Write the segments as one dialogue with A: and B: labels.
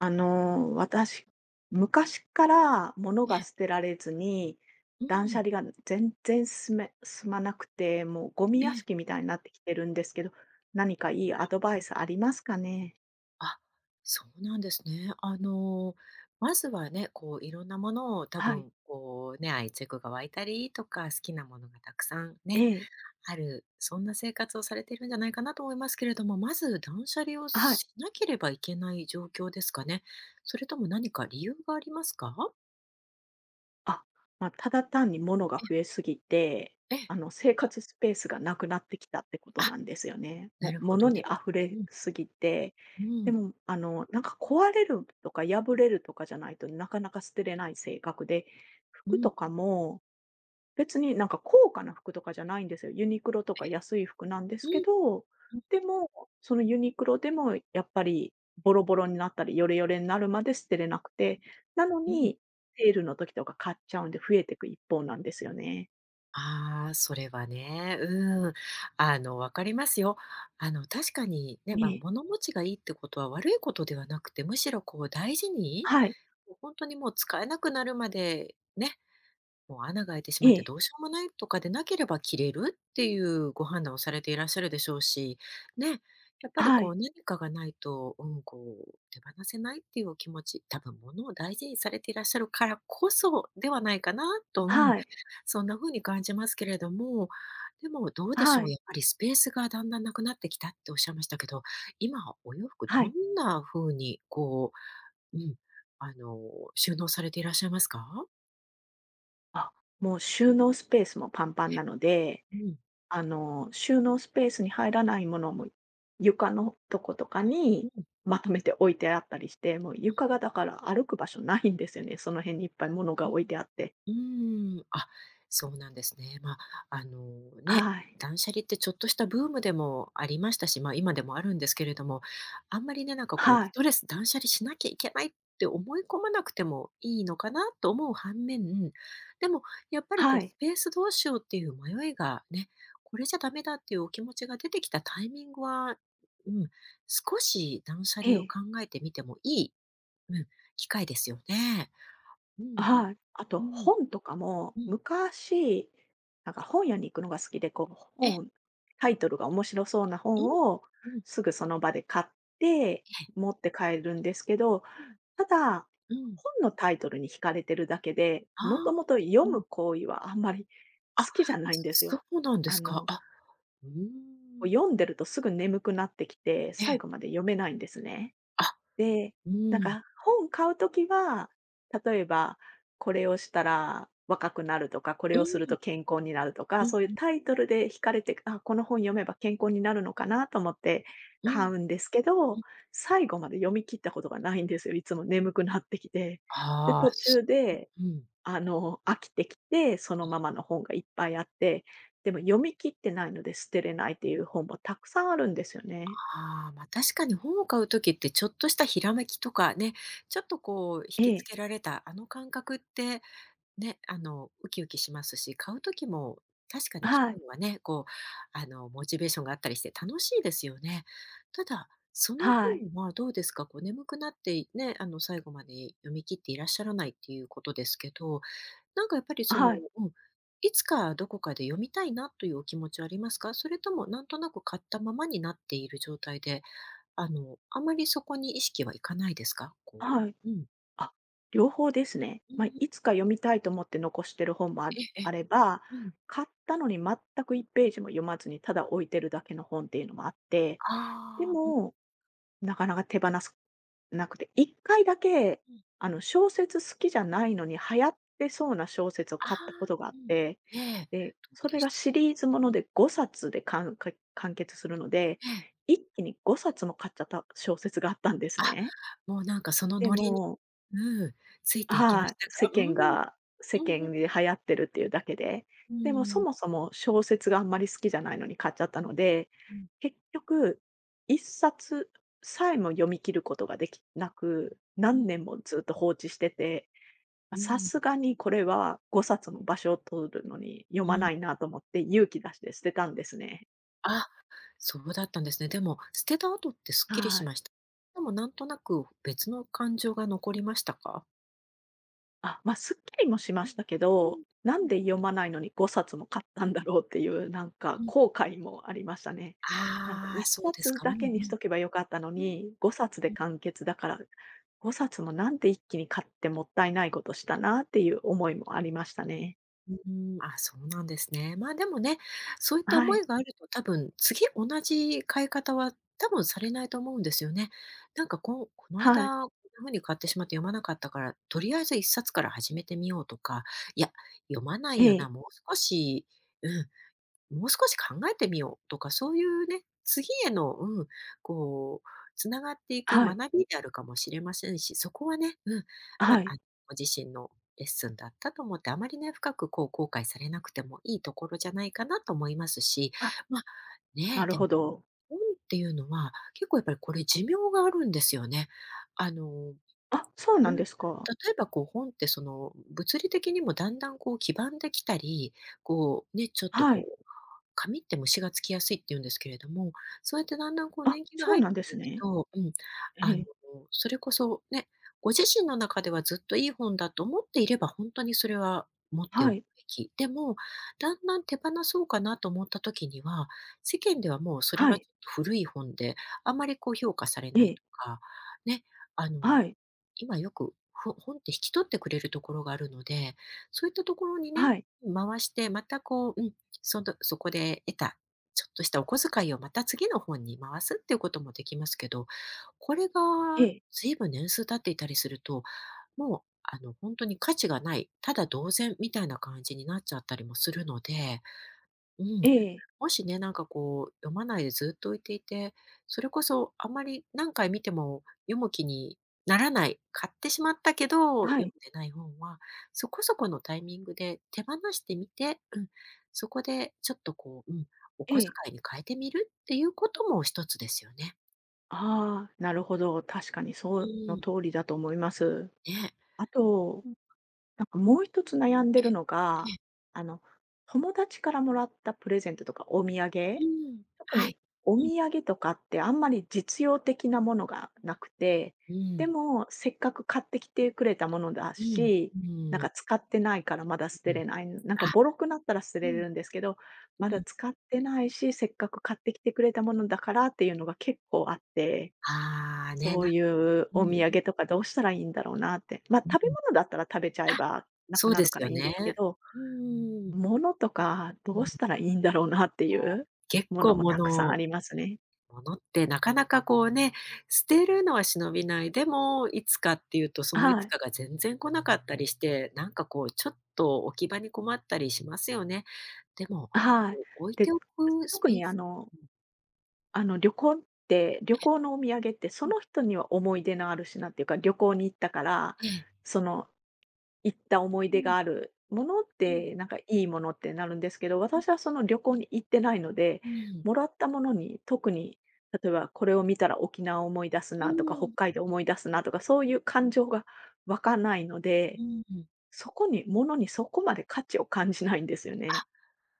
A: 私、昔から物が
B: え
A: 捨
B: え、
A: てられずに、
B: う
A: 断捨
B: ん、
A: 離が全然進まなくて、もうゴミ
B: え
A: 屋
B: え、
A: 敷みたいになってきてるんですけど、何かいいアドバ
B: う
A: イ
B: ん、
A: スありますかね？
B: あ、そうなんですね。まずはね、こういろんなものを多
A: はい。
B: 分こうね、愛着が湧いたりとか、好きなものがたくさん
A: え
B: ね、
A: え。
B: ある、そんな生活をされているんじゃないかなと思いますけれども、まず断捨離を
A: はい。
B: しなければいけない状況ですかね？それとも何か理由がありますか？
A: あ、まあ、ただ単に物が
B: ええ、
A: 増えすぎて、
B: ええ、
A: 生活スペースがなくなってきたってこと
B: あ、
A: なんですよね。
B: な
A: も
B: るほ
A: 物
B: ど。
A: に
B: では
A: 溢
B: う
A: れ
B: ん、
A: すぎて、
B: う
A: で
B: ん、
A: も、なんか壊れるとか破れるとかじゃないと、なかなか捨てれない性格で、
B: う
A: 服と
B: ん、
A: かも別になんか高価な服とかじゃないんですよ。ユニクロと
B: え
A: か
B: え、
A: 安い服なんです
B: う
A: け
B: ん、
A: ど、
B: うん、
A: でも、そのユニクロでもやっぱりボロボロになったり、ヨレヨレになるまで捨てれなくて、なの
B: うん。
A: に、セールの時とか買っちゃうんで増えていく一方なんですよね。
B: ああ、それはね、うん。わかりますよ。確かにね、まあ、
A: ええ。
B: 物持ちがいいってことは悪いことではなくて、むしろこう大事に、
A: はい。
B: もう本当にもう使えなくなるまでね、もう穴が開いてし
A: え
B: まって
A: え。
B: どうしようもないとかでなければ切れるっていうご判断をされていらっしゃるでしょうし、ね、やっぱり
A: は
B: こ
A: い。
B: う何かがないと、うん、こう手放せないっていうお気持ち、多分物を大事にされていらっしゃるからこそではないかなと、うん、
A: はい。
B: そんな風に感じますけれども、でもどうでし
A: は
B: ょう、や
A: い。
B: っぱりスペースがだんだんなくなってきたっておっしゃいましたけど、今お洋服
A: は
B: どん
A: い。
B: な風にこう、うん、あの、収納されていらっしゃいますか？
A: あ、もう収納スペースもパンパンなので
B: うん、
A: 収納スペースに入らないものも、床のとことか
B: う
A: に
B: ん。
A: まとめて置いてあったりして、もう床がだから歩く場所ないんですよね。その辺にいっぱい物が
B: うん、
A: 置いてあって。
B: うーん、あ、そうなんですね。まあ、あの、ね、
A: はい。
B: 断捨離ってちょっとしたブームでもありましたし、ま、今でもあるんですけれども、あんまりね、なんかこう
A: は
B: ス
A: い。
B: トレス断捨離しなきゃいけないって思い込まなくてもいいのかなと思う反面、でもやっぱりこ
A: は
B: う
A: い。
B: スペースどうしようっていう迷いがね、これじゃダメだっていうお気持ちが出てきたタイミングは、うん、少し断捨
A: え
B: 離を
A: え。
B: 考えてみてもいい、うん、機会ですよね。うん、
A: はい。あと
B: うん、
A: 本とかも、
B: うん。
A: 昔、なんか本屋に行くのが好きで、こう
B: え、
A: 本、タイトルが面白そうな
B: う
A: 本
B: ん
A: を
B: うん。
A: すぐその場で買って
B: ええ。
A: 持って帰るんですけど、
B: うん
A: ただ、
B: うん。
A: 本のタイトルに惹かれてるだけで、
B: あ
A: も
B: あ、
A: ともと
B: う
A: 読む
B: ん。
A: 行為はあんまり
B: あ、
A: 好きじゃないんです
B: そ
A: よ。
B: そうなんで
A: あ
B: すか。
A: の、
B: あ、うーん。
A: 読んでるとすぐ眠くなってきて、
B: え
A: 最
B: え。
A: 後まで読めないんですね。
B: あ、
A: で、
B: う
A: なん
B: ん。
A: か本買うときは、例えばこれをしたら若くなるとか、これ
B: う
A: をすると
B: ん。
A: 健康になると
B: う
A: か、
B: ん
A: そういう
B: うん。
A: タイトルで惹かれて、あ、この本読めば健康になるのかなと思って
B: う
A: 買
B: ん
A: うんですけ
B: う
A: ど、
B: ん。
A: 最後まで読み切ったことがないんですよ。いつも眠くなってきて。で、
B: ああ、
A: 途
B: す
A: 中で、
B: うん。
A: 飽きてきて、そのままの本がいっぱいあって、でも読み切ってないので捨てれないっていう本もたくさんあるんですよね。
B: ああ、ま、確かに本を買う時ってちょっとしたひらめきとかね、ちょっとこう引
A: え
B: きつ
A: え。
B: けられたあの感覚ってね、ウキウキしますし、買う時も確かに気
A: はい。
B: 分はね、こう、モチベーションがあったりして楽しいですよね。ただ、その
A: はい。
B: 本はどうですか、こう眠くなって、ね、最後まで読み切っていらっしゃらないっていうことですけど、なんかやっぱりその、
A: はい。
B: うん、いつかどこかで読みたいなというお気持ちはありますか？それともなんとなく買ったままになっている状態で、あまりそこに意識はいかないですか？こ
A: はい。
B: ううん。
A: あ、両方ですね。
B: う
A: まあ、
B: ん、
A: いつか読みたいと思って残してる本もあ
B: えええ
A: あ
B: え。
A: れば、
B: うん。
A: 買ったのに全く1ページも読まずに、ただ置いてるだけの本っていうのもあって、で
B: ああ、うんうん。
A: も、なかなか手放すなくて、1回だけ、小説好きじゃないのに流行ってそうな小説を
B: あ
A: 買ったこと
B: あ、
A: があっ
B: うん。
A: て、
B: ええ、
A: で、
B: どう
A: そ
B: で
A: れ
B: し
A: が
B: た？
A: シリーズもので5冊で完結するので、
B: ええ。
A: 一気に5冊も買っちゃった小説があったんです
B: あ、
A: ね。
B: もうなんかその
A: で
B: ノリに
A: も、
B: うん、ついていきま
A: は
B: し
A: い、
B: た
A: 世
B: か？う
A: 間
B: ん、
A: が世
B: うんうん、
A: 間で流行ってるっていうだけで。
B: う
A: でも、
B: ー
A: そ
B: ん、
A: もそも小説があんまり好きじゃないのに買っちゃったので、
B: うん、
A: 結局一冊さえも読み切ることができなく、
B: う
A: 何
B: ん、
A: 年もずっと放置してて、
B: う
A: ま、さ
B: ん、
A: すがにこれは5冊も場所を取るのに読
B: う
A: ま
B: ん。
A: ないなと思って勇気出して捨てたんですね。
B: あ、そうだったんですね。でも、捨てた後ってすっきり
A: は
B: しまし
A: い。
B: た？でもなんとなく別の感情が残りましたか？
A: あ、まあ、すっきりもしま
B: うん、
A: したけ
B: う
A: ど、
B: ん、
A: なん
B: うん、
A: で読まないのに5冊も買ったんだろうっていう、なんか
B: うん。
A: 後悔もありましたね。なんか
B: あ
A: 1
B: あ、そうです
A: 冊
B: か。うん
A: だ
B: うん、
A: けにしとけ
B: う
A: ばよかったの
B: ん、うん。
A: に、5冊で完結だから、5冊もなんで一気に買ってもったいないことしたなっていう思いもありましたね。
B: うーん、あ、そうなんですね。まあ、でもね、そういった
A: は
B: 思
A: い。
B: いがあると多分、次同じ買い方は多分されないと思うんですよね。なんかこう、この
A: はい。
B: 間、こんな風に買ってしまって読まなかったから、とりあえず一冊から始めてみようとか、いや、読まな
A: え
B: いよ
A: え。
B: な、もう少しうん、もう少し考えてみようとか、そういうね、次への、うん、こう、つながっていく
A: はい。
B: 学びであるかもしれませんし、そこはね、うん、ま
A: は
B: あ、
A: い。
B: ご自身のレッスンだったと思って、あまりね、深くこう後悔されなくてもいいところじゃないかなと思いますし、
A: あ、
B: まあ、ね
A: な
B: え、
A: る
B: でも
A: ほど。
B: 本っていうのは、結構やっぱりこれ寿命があるんですよね。あの、
A: あ、そうな
B: う
A: ん
B: ん、例
A: ですか。
B: えばこう本ってその、物理的にもだんだんこう黄ばんできたり、こうね、ちょっと
A: は
B: こ
A: い。
B: う紙って虫がつきやすいって言うんですけれども、そうやってだんだんこう
A: あ、
B: 年季が
A: そう
B: 入っ
A: なんで
B: て
A: す
B: いく
A: ね。
B: と、うん、
A: え
B: あの、
A: え。
B: それこそね、ご自身の中ではずっといい本だと思っていれば、本当にそれは持って
A: は
B: おく
A: い。
B: べき。でも、だんだん手放そうかなと思った時には、世間ではもうそれ
A: は
B: はち
A: い。
B: ょっと古い本で、あまりこう評価され
A: え
B: ない
A: え。
B: とか、ね、あの、
A: はい。
B: 今よく、本って引き取ってくれるところがあるので、そういったところにね、
A: はい。
B: 回して、またこううん、そこで得たちょっとしたお小遣いをまた次の本に回すっていうこともできますけど、これが
A: ええ。
B: ずいぶん年数経っていたりすると、もうあの、本当に価値がない、ただ同然みたいな感じになっちゃったりもするのでうん。
A: ええ。
B: もしね、なんかこう、読まないでずっと置いていて、それこそあまり何回見ても読む気にならない、買ってしまったけど
A: は
B: 読ん
A: い、
B: でない本は、そこそこのタイミングで手放してみて、うん、そこでちょっとこう、うん、お
A: え
B: 小
A: え。
B: 遣いに変えてみるっていうことも一つですよね。
A: ああ、なるほど。確かに
B: う
A: その
B: ん、
A: 通りだと思います。
B: ね。
A: あと、
B: うん、
A: なんかもう一つ悩んでるのが、
B: え
A: あの、友達からもらったプレゼントとかお土産、
B: うん、
A: 特
B: はい。
A: にお
B: うん、
A: 土産とかってあんまり実用的なものがなくて、
B: う
A: で
B: ん、
A: もせっかく買ってきてくれたものだ
B: うん、
A: し、
B: う
A: なん
B: ん、
A: か使ってないからまだ捨
B: う
A: て
B: ん。
A: れない。なんか
B: あ、
A: ボロくなったら捨て
B: う
A: れ
B: ん、
A: るんですけど、
B: う
A: まだ
B: ん。
A: 使ってないし、せっかく買ってきてくれたものだからっていうのが結構あって、
B: ああ、ね、
A: そ
B: な
A: ういう
B: う
A: お土
B: ん
A: 産とかどうしたらいいんだろうなって。まあ
B: うん
A: 食べ
B: うん。
A: 物だったら食べちゃえ
B: あ
A: ばな
B: そ
A: く
B: う
A: な
B: で
A: るか
B: す
A: ら
B: よ
A: いいんで
B: ね。
A: すけど、
B: うんうん
A: 物とかどうしたらいいんだろうなっていう
B: 結
A: もの
B: 構
A: もたくさん
B: 物
A: ありますね。
B: 物ってなかなかこうね、捨てるのは忍びない、でもいつかっていうと、そのい
A: は
B: つ
A: い、
B: かが全然来なかったりして、なんかこうちょっと置き場に困ったりしますよね。でも、
A: はい。
B: こう置いて
A: で、
B: おくス
A: 特
B: ペー
A: に
B: スうん、
A: あの旅行っ旅行のお土産ってそ
B: うん、
A: の人には思い出のある品っていうか、旅行に行ったから、
B: ええ。
A: その行った思い
B: う
A: 出
B: ん、
A: があるものっ
B: うん、
A: て、なんかいいものってなるんですけど、
B: うん、
A: 私はその旅行に行ってないので、
B: うん、
A: もらったものに特に、例えばこれを見たら沖縄を思い出す
B: う
A: なとか、北
B: ん、
A: 海道を思い出すなとか、そういう感情が湧かないの
B: う
A: で、
B: ん。
A: そこに、ものにそこまで価値を感じないんですよ
B: あ、
A: ね。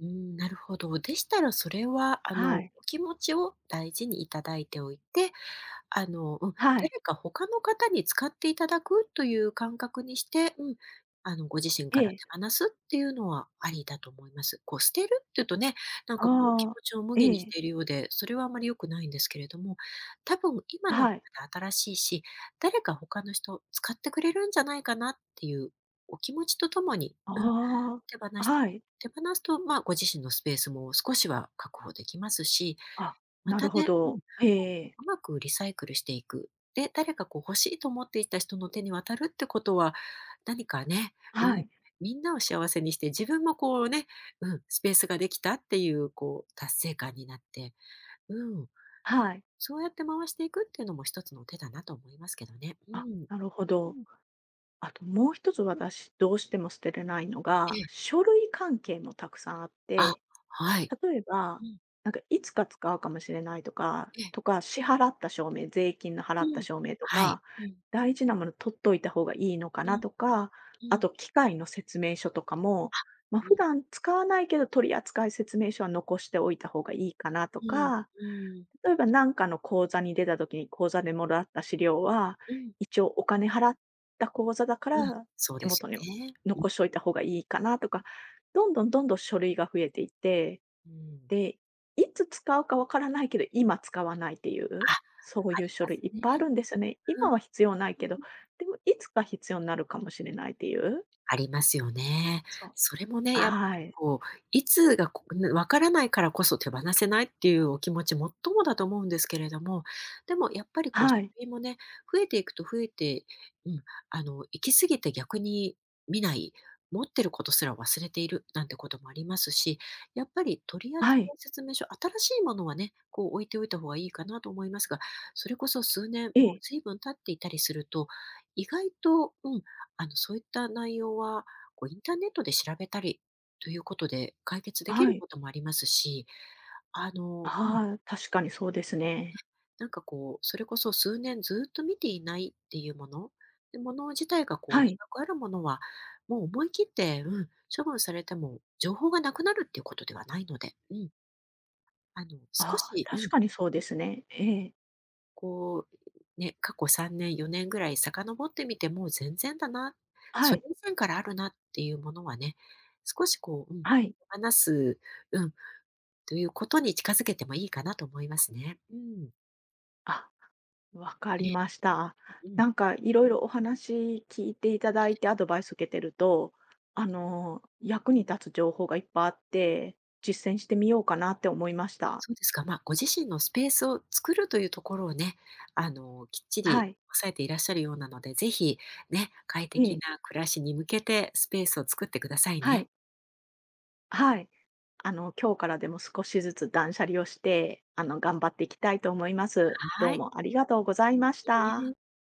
B: うん、なるほど。でしたらそれはあの、
A: は
B: お
A: い。
B: 気持ちを大事にいただいておいてうん、
A: はい。
B: 誰か他の方に使っていただくという感覚にして、うん、ご自身から
A: ええ。
B: 手放すっていうのはありだと思います。こう、捨てるっていうとね、なんかこう気
A: ああ、
B: 持ちを無
A: え
B: 限にし
A: え、
B: ているようで、それはあまり良くないんですけれども、多分今なら
A: はい。
B: まだ新しいし、誰か他の人使ってくれるんじゃないかなっていうお気持ちとともに、うん、
A: あ
B: 手放
A: あ、
B: して
A: は
B: みる。
A: い。
B: 手放すと、まあ、ご自身のスペースも少しは確保できますし、
A: あ、
B: ま
A: な
B: た
A: るほ
B: ねう
A: ど。
B: ん、
A: え
B: こ
A: ええ、
B: う、うまくリサイクルしていく。で、誰かこう欲しいと思っていた人の手に渡るってことは、何かね、
A: は
B: うん、
A: い、
B: みんなを幸せにして、自分もこうね、うん、スペースができたっていう、こう、達成感になって、うん、
A: はい。
B: そうやって回していくっていうのも一つの手だなと思いますけどね。う
A: あ、
B: ん。
A: なるほ
B: う
A: ど。
B: ん、
A: あともう一つ
B: うん。
A: 私どうしても捨てれないの
B: え
A: が、
B: え。
A: 書類関係もたくさんあっ
B: あ、
A: て、
B: はい。
A: 例えば、
B: うん。
A: なんかいつか使うかもしれないとか、
B: ええ。
A: とか、支払った証明、税金の払
B: う
A: った
B: ん。
A: 証明と
B: はい。
A: か、
B: うん。
A: 大事なもの取っといた方がいいのか
B: う
A: な
B: ん。
A: とか、
B: う
A: あ
B: ん。
A: と機械の説明書とかも、
B: あ、
A: まあ、
B: う
A: 普
B: ん、
A: 段使わないけど取扱説明書は残しておいた方がいいかなと
B: うん、
A: か、
B: うん、
A: 例えば何かの口座に出た時に口座でもらった資料は、
B: うん、
A: 一応お金払った口座だか
B: うん。
A: ら
B: そう
A: 手
B: です
A: 元に
B: よね。
A: 残しておいた方がいいかなとか、どんどんどんどん書類が増えていって、
B: うん。
A: で、いつ使うかわからないけど、今使わないっていう、
B: あ、
A: そう
B: あ
A: いう
B: り
A: 書
B: ま
A: 類
B: す
A: いっぱいあ
B: ね。
A: るんですよね。今は必要ないけど、でもいつか必要になるかもしれないっていう。
B: ありますよね。
A: そう。
B: それもね、やっぱ
A: は
B: り
A: い。
B: こう、いつがこねわからないからこそ手放せないっていうお気持ちもっともだと思うんですけれども、でもやっぱりこう、書
A: はい。
B: 類もね、増えていくと増えて、うん、行き過ぎて逆に見ない、持ってることすら忘れているなんてこともありますし、やっぱり取
A: は
B: 扱
A: い。
B: 説明書、新しいものはね、こう置いておいた方がいいかなと思いますが、それこそ数年、
A: え
B: もう
A: え。
B: 随分経っていたりすると、意外と、うん、そういった内容は、こうインターネットで調べたりということで解決でき
A: は
B: る
A: い。
B: こともありますし、うん、
A: ああ、確かにそうですね。
B: なんかこう、それこそ数年ずっと見ていないっていうもの、で、もの自体がこう
A: は
B: 長
A: い。
B: くあるものは、もう思い切って、うん、処分されても情報がなくなるっていうことではないので、うん、少
A: ああ、
B: し、う
A: 確
B: ん
A: かにそうですね。ええ。
B: こう、ね、過去3年、4年ぐらい遡ってみても、全然だな、
A: は
B: それ
A: い。
B: 以前からあるなっていうものはね、少しこう、うん、
A: はい。
B: 手放す、うん、ということに近づけてもいいかなと思いますね。うん。
A: あ、わか
B: え
A: りました。
B: うん。
A: なんかいろいろお話聞いていただいてアドバイス受けてると、役に立つ情報がいっぱいあって、実践してみようかなって思いました。
B: そうですか。まあ、ご自身のスペースを作るというところをね、きっち
A: は
B: り
A: い。
B: 抑えていらっしゃるようなので、ぜひね、快
A: え
B: 適
A: え。
B: な暮らしに向けてスペースを作ってください
A: は
B: ね。
A: い。はい。今日からでも少しずつ断捨離をして、頑張っていきたいと思います。ど
B: は
A: う
B: い。
A: もありがとうございまし
B: いい
A: た。
B: ね